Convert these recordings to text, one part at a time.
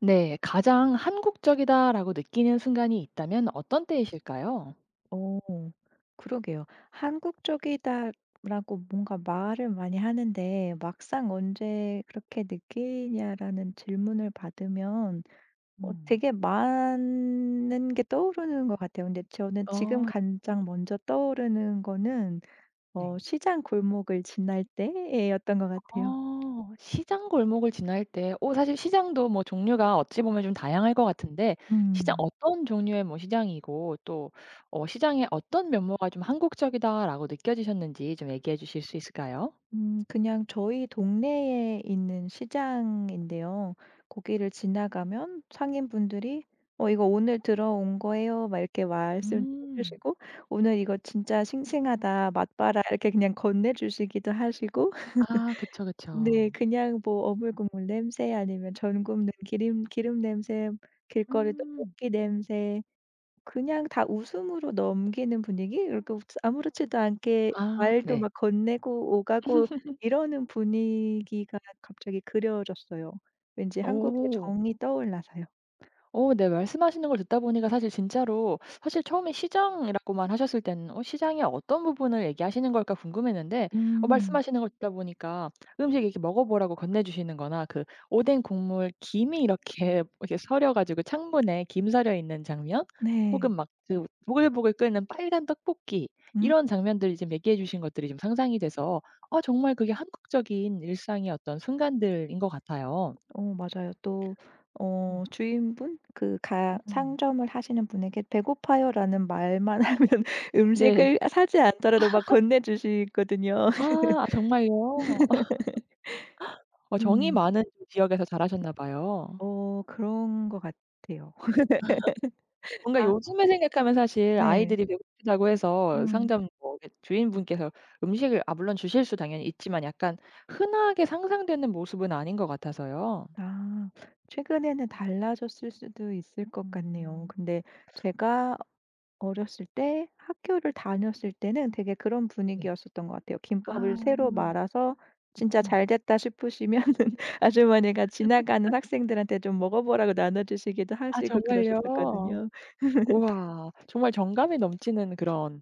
네, 가장 한국적이다라고 느끼는 순간이 있다면 어떤 때이실까요? 어 그러게요. "한국적이다."라고 뭔가 말을 많이 하는데 막상 "언제 그렇게 느끼냐?"라는 질문을 받으면 음. 되게 많은 게 떠오르는 것 같아요. 근데 저는 지금 어 가장 먼저 떠오르는 거는 네. 시장 골목을 지날 때였던 것 같아요. 시장 골목을 지날 때 사실 시장도 종류가 어찌 보면 좀 다양할 것 같은데 시장 음. 어떤 종류의 시장이고 또 시장의 어떤 면모가 좀 한국적이다라고 느껴지셨는지 좀 얘기해 주실 수 있을까요? 그냥 저희 동네에 있는 시장인데요. 거기를 지나가면 상인분들이 "어 이거 오늘 들어온 거예요." 막 이렇게 말씀해 음. 주시고 "오늘 이거 진짜 싱싱하다. 맛봐라." 이렇게 그냥 건네주시기도 하시고 아 그쵸, 그쵸. 네, 그냥 뭐 어물국물 냄새, 아니면 전 굽는 기름 냄새, 길거리 음. 떡볶이 냄새, 그냥 다 웃음으로 넘기는 분위기? 이렇게 아무렇지도 않게 아 말도 네. 막 건네고 오가고 이러는 분위기가 갑자기 그려졌어요. 왠지 한국의 오. 정이 떠올라서요. 네. 말씀하시는 걸 듣다 보니까 사실 진짜로 사실 처음에 시장이라고만 하셨을 때는 '어 시장의 어떤 부분을 얘기하시는 걸까?' 궁금했는데 음. 말씀하시는 걸 듣다 보니까 음식 이렇게 먹어 보라고 건네 주시는 거나 그 오뎅 국물 김이 이렇게 이렇게 서려 가지고 창문에 김 서려 있는 장면 네. 혹은 막 그 보글보글 끓는 빨간 떡볶이 음. 이런 장면들이 지금 얘기해 주신 것들이 좀 상상이 돼서 아 정말 그게 한국적인 일상의 어떤 순간들인 것 같아요. 맞아요. 또 음. 주인분 그 가 음. 상점을 하시는 분에게 "배고파요."라는 말만 하면 네. 음식을 사지 않더라도 막 건네 주시거든요. 아 아, 정말요? 어 정이 음. 많은 지역에서 자라셨나 봐요. 그런 것 같아요. 뭔가 다. 요즘에 생각하면 사실 네. 아이들이 배고프다고 해서 음. 상점 뭐 이렇게 주인분께서 음식을 아 물론 주실 수 당연히 있지만 약간 흔하게 상상되는 모습은 아닌 것 같아서요. 아. 최근에는 달라졌을 수도 있을 것 같네요. 음. 근데 제가 어렸을 때, 학교를 다녔을 때는 되게 그런 네. 분위기였었던 것 같아요. 아. 김밥을 새로 말아서 진짜 음. 잘 됐다 싶으시면 아주머니가 지나가는 학생들한테 좀 먹어 보라고 나눠 주시기도 아 하시고 정말요? 그러셨었거든요. 우와. 정말 정감이 넘치는 그런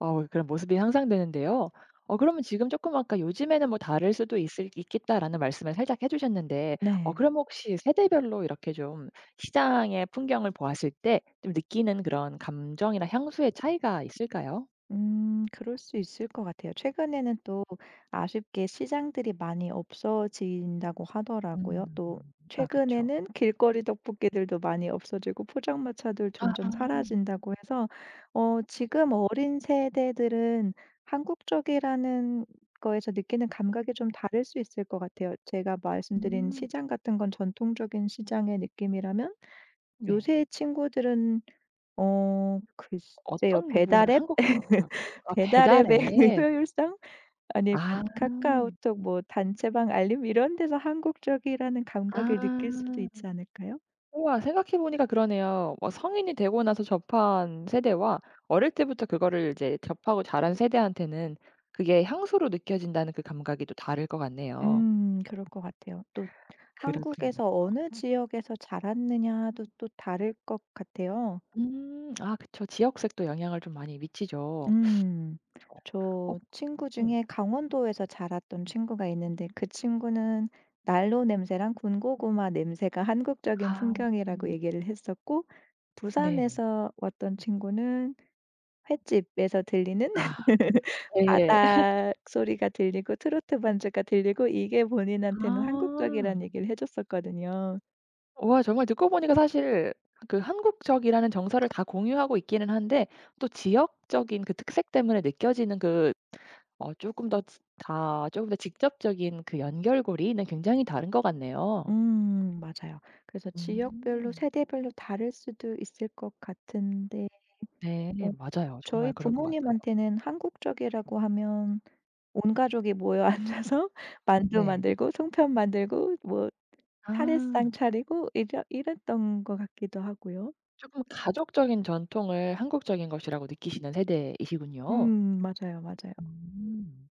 그런 모습이 상상되는데요. 그러면 지금 조금 아까 "요즘에는 뭐 다를 수도 있을 있겠다."라는 말씀을 살짝 해 주셨는데 네. 그럼 혹시 세대별로 이렇게 좀 시장의 풍경을 보았을 때 좀 느끼는 그런 감정이나 향수의 차이가 있을까요? 그럴 수 있을 것 같아요. 최근에는 또 아쉽게 시장들이 많이 없어진다고 하더라고요. 음. 또 아 그쵸. 최근에는 길거리 떡볶이들도 많이 없어지고 포장마차들 아 점점 사라진다고 해서 지금 어린 세대들은 한국적이라는 거에서 느끼는 감각이 좀 다를 수 있을 것 같아요. 제가 말씀드린 음. 시장 같은 건 전통적인 시장의 느낌이라면 네. 요새 친구들은 글쎄요, 어떤 부분을 배달 앱? 한국적이라고? 아 배달 앱의 배달앱. 효율성? 아니면 아. 카카오톡, 뭐 단체방 알림 이런 데서 한국적이라는 아. 감각을 느낄 수도 있지 않을까요? 우와 생각해 보니까 그러네요. 뭐 성인이 되고 나서 접한 세대와 어릴 때부터 그거를 이제 접하고 자란 세대한테는 그게 향수로 느껴진다는 그 감각이 또 다를 것 같네요. 그럴 것 같아요. 또 그렇군요. 한국에서 어느 지역에서 자랐느냐도 또 다를 것 같아요. 음. 아 그쵸. 지역색도 영향을 좀 많이 미치죠. 그쵸. 음. 어 저 친구 음. 중에 강원도에서 자랐던 친구가 있는데, 그 친구는 난로 냄새랑 군고구마 냄새가 한국적인 아 풍경이라고 음. 얘기를 했었고, 네. 부산에서 왔던 친구는 횟집에서 들리는 아 네. 바닥 소리가 들리고, 트로트 반주가 들리고, 이게 본인한테는 아. 한국적이라는 얘기를 해 줬었거든요. 와 정말 듣고 보니까 사실 그 한국적이라는 정서를 다 공유하고 있기는 한데 또 지역적인 그 특색 때문에 느껴지는 그 어쪼더다 조금 더 직접적인 그 연결고리는 굉장히 다른 것 같네요. 맞아요. 그래서 지역별로, 음. 세대별로 다를 수도 있을 것 같은데, 네 맞아요. 정말 저희 그럴 것 같아요. 부모님한테는 한국적이라고 하면 온 가족이 모여 앉아서 만두 네. 만들고 송편 만들고 뭐 아. 차례상 차리고, 이래 이랬던 것 같기도 하고요. 조금 가족적인 전통을 한국적인 것이라고 느끼시는 세대이시군요. 맞아요, 맞아요. 음.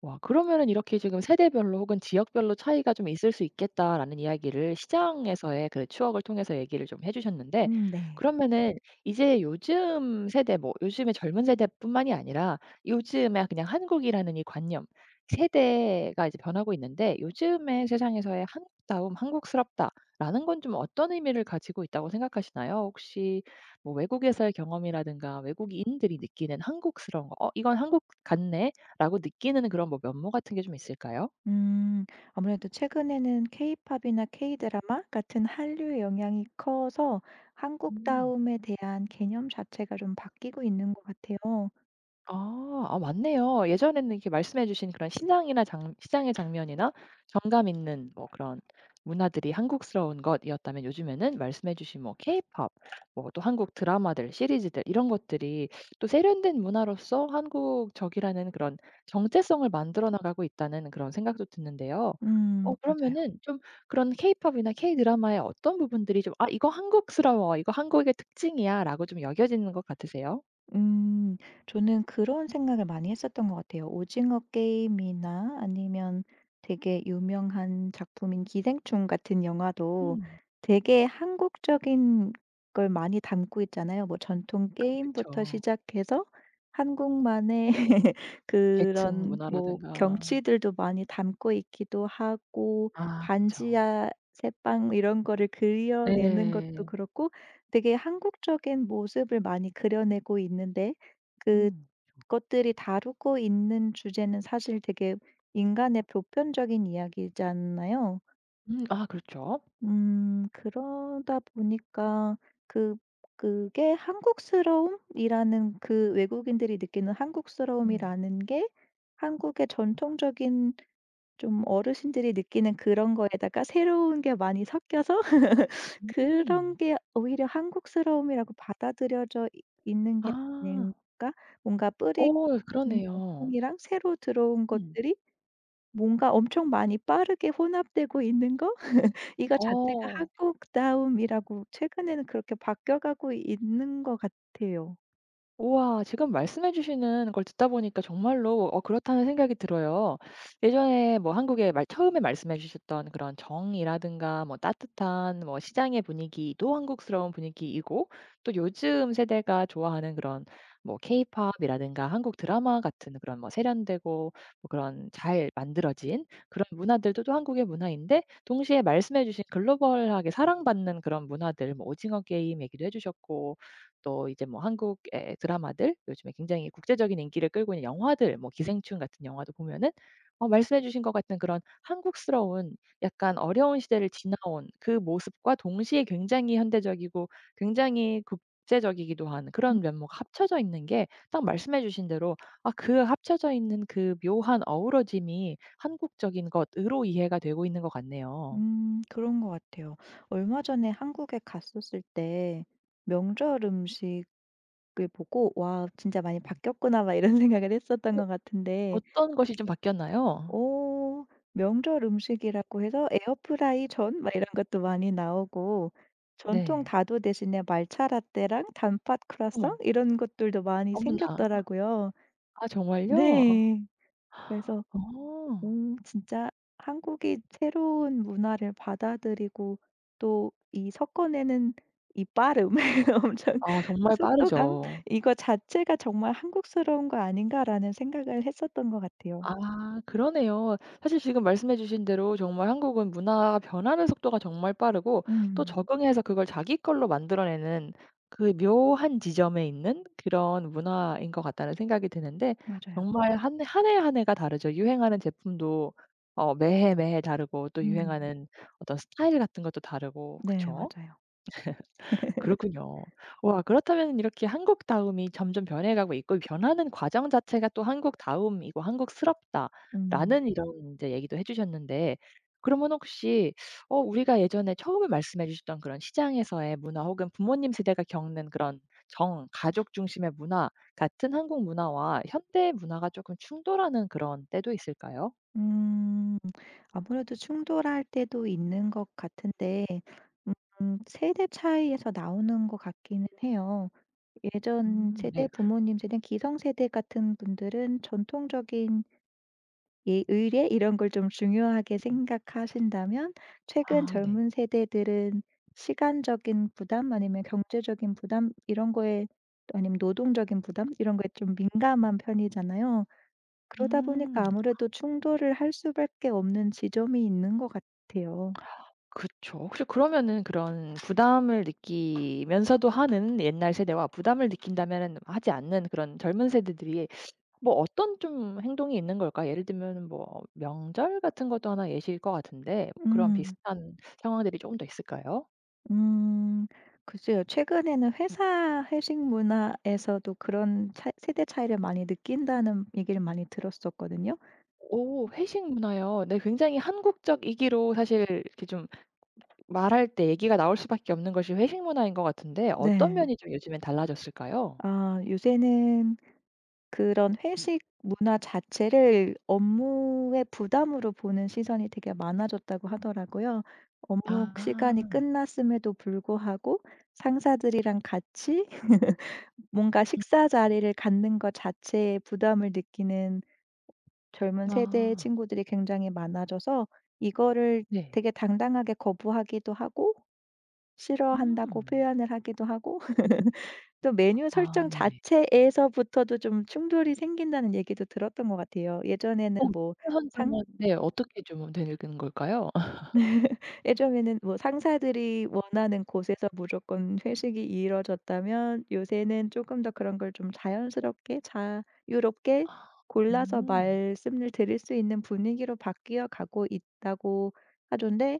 와 그러면은 이렇게 지금 세대별로 혹은 지역별로 차이가 좀 있을 수 있겠다라는 이야기를 시장에서의 그 추억을 통해서 얘기를 좀 해 주셨는데 음. 네. 그러면은 이제 요즘 세대 뭐 요즘의 젊은 세대뿐만이 아니라 요즘에 그냥 한국이라는 이 관념 세대가 이제 변하고 있는데 요즘의 세상에서의 '한국다움, 한국스럽다.'라는 건 좀 어떤 의미를 가지고 있다고 생각하시나요? 혹시 뭐 외국에서의 경험이라든가 외국인들이 느끼는 한국스러운 거 '어 이건 한국 같네.' 라고 느끼는 그런 뭐 면모 같은 게 좀 있을까요? 음 아무래도 최근에는 케이팝이나 케이드라마 같은 한류의 영향이 커서 음. 한국다움에 대한 개념 자체가 좀 바뀌고 있는 것 같아요. 아. 아 맞네요. 예전에는 이렇게 말씀해 주신 그런 시장이나 장 시장의 장면이나 정감 있는 뭐 그런 문화들이 한국스러운 것이었다면 요즘에는 말씀해 주신 뭐 케이팝 뭐 또 한국 드라마들, 시리즈들 이런 것들이 또 세련된 문화로서 한국적이라는 그런 정체성을 만들어 나가고 있다는 그런 생각도 드는데요. 맞아요. 그러면은 좀 그런 케이팝이나 k 드라마의 어떤 부분들이 좀 '아 이거 한국스러워. 이거 한국의 특징이야.'라고 좀 여겨지는 것 같으세요? 음. 저는 그런 생각을 많이 했었던 것 같아요. 오징어 게임이나, 아니면 되게 유명한 작품인 기생충 같은 영화도 음. 되게 한국적인 걸 많이 담고 있잖아요. 뭐 전통 아 게임부터 그쵸. 시작해서 한국만의 계층 그런 뭐 문화라든가. 경치들도 많이 담고 있기도 하고, 아 그쵸. 반지하 새빵 이런 거를 그려내는 것도 예. 그렇고, 되게 한국적인 모습을 많이 그려내고 있는데, 음. 그쵸. 그것들이 다루고 있는 주제는 사실 되게 인간의 보편적인 이야기잖아요. 아 그렇죠. 그러다 보니까 그 그게 한국스러움이라는, 그 외국인들이 느끼는 음. 한국스러움이라는 게 한국의 전통적인, 좀 어르신들이 느끼는 그런 거에다가 새로운 게 많이 섞여서 음. 그런 게 오히려 한국스러움이라고 받아들여져 이 있는 게 아닌 아. 가 뭔가 뿌리 어 있는 그러네요. 전통이랑 새로 들어온 음. 것들이 뭔가 엄청 많이 빠르게 혼합되고 있는 거? 이거 자체가 어. 한국다움이라고, 최근에는 그렇게 바뀌어가고 있는 것 같아요. 우와. 지금 말씀해 주시는 걸 듣다 보니까 정말로 그렇다는 생각이 들어요. 예전에 뭐 한국에 말 처음에 말씀해 주셨던 그런 정이라든가 뭐 따뜻한 뭐 시장의 분위기도 한국스러운 분위기이고 또 요즘 세대가 좋아하는 그런 뭐 케이팝이라든가 한국 드라마 같은 그런 뭐 세련되고 뭐 그런 잘 만들어진 그런 문화들도 또 한국의 문화인데 동시에 말씀해 주신 글로벌하게 사랑받는 그런 문화들 뭐 오징어 게임 얘기도 해 주셨고 또 이제 뭐 한국의 드라마들 요즘에 굉장히 국제적인 인기를 끌고 있는 영화들 뭐 기생충 같은 영화도 보면은 말씀해 주신 것 같은 그런 한국스러운 약간 어려운 시대를 지나온 그 모습과 동시에 굉장히 현대적이고 굉장히 국제적이기도 한 음 그런 면모가 합쳐져 있는 게 딱 말씀해 주신 대로 아 그 합쳐져 있는 그 묘한 어우러짐이 한국적인 것으로 이해가 되고 있는 것 같네요. 그런 것 같아요. 얼마 전에 한국에 갔었을 때 명절 음식 그 보고 '와, 진짜 많이 바뀌었구나.' 막 이런 생각을 했었던 어 것 같은데, 어떤 것이 좀 바뀌었나요? 어 명절 음식이라고 해서 에어프라이 전 막 이런 것도 많이 나오고, 전통 네. 다도 대신에 말차 라떼랑 단팥 크루아상 어머. 이런 것들도 많이 어머나. 생겼더라고요. 아 정말요? 네. 그래서 어. 진짜 한국이 새로운 문화를 받아들이고 또 이 섞어내는 이 빠름, 엄청 아 정말 속도감, 빠르죠. 이거 자체가 정말 '한국스러운 거 아닌가.'라는 생각을 했었던 것 같아요. 아 그러네요. 사실 지금 말씀해 주신 대로 정말 한국은 문화가 변하는 속도가 정말 빠르고 또 음 적응해서 그걸 자기 걸로 만들어내는 그 묘한 지점에 있는 그런 문화인 것 같다는 생각이 드는데 맞아요. 정말 한 해 한 해 한 해가 다르죠. 유행하는 제품도 매해 매해 다르고 또 음 유행하는 어떤 스타일 같은 것도 다르고 네, 그쵸? 맞아요. 그렇군요. 와 그렇다면 이렇게 한국다움이 점점 변해가고 있고 이 변하는 과정 자체가 또 한국다움이고 음. 한국스럽다라는 이런 이제 얘기도 해 주셨는데 그러면 혹시 우리가 예전에 처음에 말씀해 주셨던 그런 시장에서의 문화 혹은 부모님 세대가 겪는 그런 정, 가족 중심의 문화 같은 한국 문화와 현대 문화가 조금 충돌하는 그런 때도 있을까요? 음 아무래도 충돌할 때도 있는 것 같은데, 세대 차이에서 나오는 것 같기는 해요. 예전 음. 세대, 네. 부모님 세대, 기성세대 같은 분들은 전통적인 예 의례 이런 걸 좀 중요하게 생각하신다면, 최근 아 네. 젊은 세대들은 시간적인 부담, 아니면 경제적인 부담 이런 거에, 아니면 노동적인 부담 이런 거에 좀 민감한 편이잖아요. 그러다 음. 보니까 아무래도 충돌을 할 수밖에 없는 지점이 있는 것 같아요. 그쵸. 혹시 그러면은 그런 부담을 느끼면서도 하는 옛날 세대와 부담을 느낀다면은 하지 않는 그런 젊은 세대들이 뭐 어떤 좀 행동이 있는 걸까? 예를 들면은 뭐 명절 같은 것도 하나 예시일 것 같은데 뭐 그런 음. 비슷한 상황들이 조금 더 있을까요? 음. 글쎄요. 최근에는 회사 회식 문화에서도 그런 차 세대 차이를 많이 느낀다는 얘기를 많이 들었었거든요. 오 회식 문화요. 네 굉장히 한국적이기로 사실 이렇게 좀 말할 때 얘기가 나올 수밖에 없는 것이 회식 문화인 것 같은데 어떤 네. 면이 좀 요즘엔 달라졌을까요? 아, 요새는 그런 회식 문화 자체를 업무의 부담으로 보는 시선이 되게 많아졌다고 하더라고요. 업무 시간이 아. 끝났음에도 불구하고 상사들이랑 같이 뭔가 음. 식사 자리를 갖는 것 자체에 부담을 느끼는 젊은 세대의 아. 친구들이 굉장히 많아져서, 이거를 네. 되게 당당하게 거부하기도 하고, 싫어한다고 음. 표현을 하기도 하고 또 메뉴 아 설정 네네. 자체에서부터도 좀 충돌이 생긴다는 얘기도 들었던 것 같아요. 역사 상 선정은 네 어떻게 좀 되는 걸까요? 예전에는 뭐 상사들이 원하는 곳에서 무조건 회식이 이루어졌다면, 요새는 조금 더 그런 걸 좀 자연스럽게, 자유롭게 골라서 음. 말씀을 드릴 수 있는 분위기로 바뀌어 가고 있다고 하던데,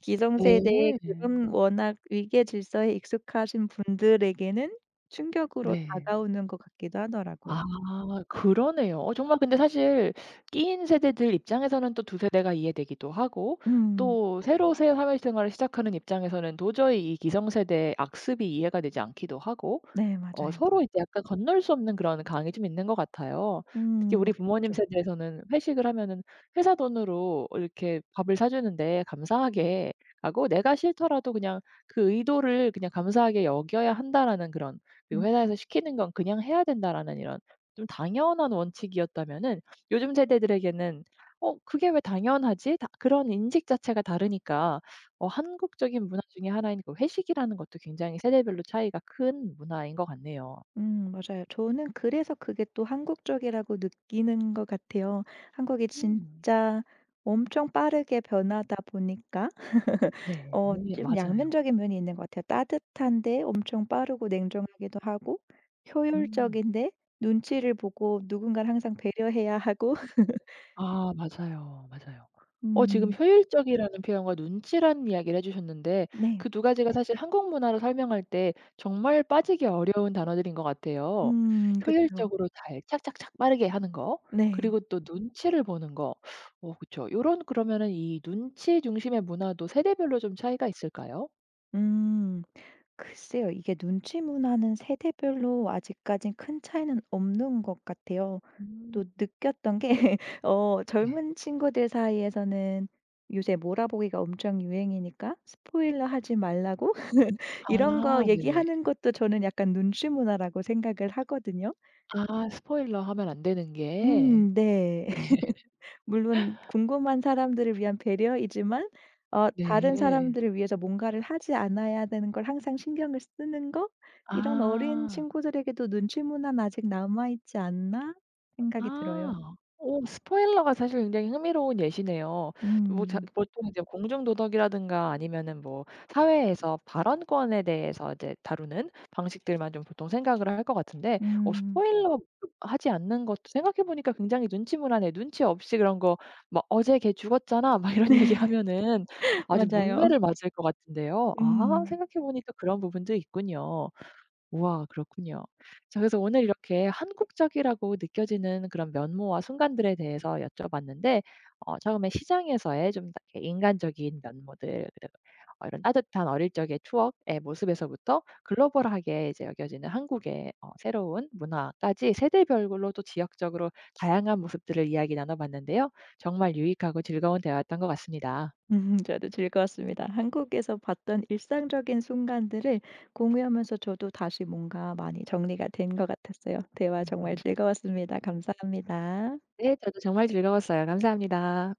기성세대의 네. 그런 워낙 위계 질서에 익숙하신 분들에게는 충격으로 네. 다가오는 것 같기도 하더라고요. 아 그러네요. 정말 근데 사실 끼인 세대들 입장에서는 또 두 세대가 이해되기도 하고 음. 또 새로 새 사회생활을 시작하는 입장에서는 도저히 이 기성세대의 악습이 이해가 되지 않기도 하고 네, 어 맞아요. 서로 이제 약간 건널 수 없는 그런 강이 좀 있는 것 같아요. 특히 우리 부모님 그렇죠. 세대에서는 회식을 하면은 회사 돈으로 이렇게 밥을 사 주는데 감사하게 하고 내가 싫더라도 그냥 그 의도를 그냥 감사하게 여겨야 한다라는 그런. 그리고 음 회사에서 시키는 건 그냥 해야 된다라는 이런 좀 당연한 원칙이었다면은 요즘 세대들에게는 '어 그게 왜 당연하지?' 다 그런 인식 자체가 다르니까 한국적인 문화 중에 하나인 그 회식이라는 것도 굉장히 세대별로 차이가 큰 문화인 것 같네요. 맞아요. 저는 그래서 그게 또 한국적이라고 느끼는 것 같아요. 한국이 음. 진짜 엄청 빠르게 변하다 보니까 네. 좀 맞아요. 양면적인 면이 있는 것 같아요. 따뜻한데 엄청 빠르고 냉정하기도 하고, 음. 효율적인데 눈치를 보고 누군가를 항상 배려해야 하고. 아 맞아요, 맞아요. 지금 음. 효율적이라는 표현과 눈치라는 이야기를 해 주셨는데 네. 그 두 가지가 사실 한국 문화로 설명할 때 정말 빠지기 어려운 단어들인 것 같아요. 그쵸. 효율적으로 잘 착착착 빠르게 하는 거 네. 그리고 또 눈치를 보는 거. 그쵸. 요런 그러면은 이 눈치 중심의 문화도 세대별로 좀 차이가 있을까요? 음. 글쎄요. 이게 눈치 문화는 세대별로 아직까진 큰 차이는 없는 것 같아요. 음 또 느꼈던 게 네. 젊은 친구들 사이에서는 요새 몰아보기가 엄청 유행이니까 스포일러 하지 말라고 이런 아 거 네네. 얘기하는 것도 저는 약간 눈치 문화라고 생각을 하거든요. 아 스포일러 하면 안 되는 게. 음. 네. 네. 물론 궁금한 사람들을 위한 배려이지만, 다른 네. 사람들을 위해서 뭔가를 하지 않아야 되는 걸 항상 신경을 쓰는 거, '이런 어린 아. 친구들에게도 눈치문화는 아직 남아 있지 않나?' 생각이 들어요. 아. 오 스포일러가 사실 굉장히 흥미로운 예시네요. 뭐 자 음. 보통 이제 공중 도덕이라든가 아니면은 뭐 사회에서 발언권에 대해서 이제 다루는 방식들만 좀 보통 생각을 할 것 같은데 음. 스포일러 하지 않는 것도 생각해 보니까 굉장히 눈치무화하네 눈치 없이 그런 거 막 "어제 걔 죽었잖아." 막 이런 얘기하면은 아주 맞아요. 문매를 맞을 것 같은데요. 아 음. 생각해 보니까 그런 부분도 있군요. 우와 그렇군요. 자 그래서 오늘 이렇게 한국적이라고 느껴지는 그런 면모와 순간들에 대해서 여쭤봤는데 처음에 시장에서의 좀 이렇게 인간적인 면모들 그리고 이런 따뜻한 어릴 적의 추억의 모습에서부터 글로벌하게 이제 여겨지는 한국의 새로운 문화까지 세대별로 또 지역적으로 다양한 모습들을 이야기 나눠 봤는데요. 정말 유익하고 즐거운 대화였던 것 같습니다. 저도 즐거웠습니다. 한국에서 봤던 일상적인 순간들을 공유하면서 저도 다시 뭔가 많이 정리가 된 것 같았어요. 대화 정말 즐거웠습니다. 감사합니다. 네 저도 정말 즐거웠어요. 감사합니다.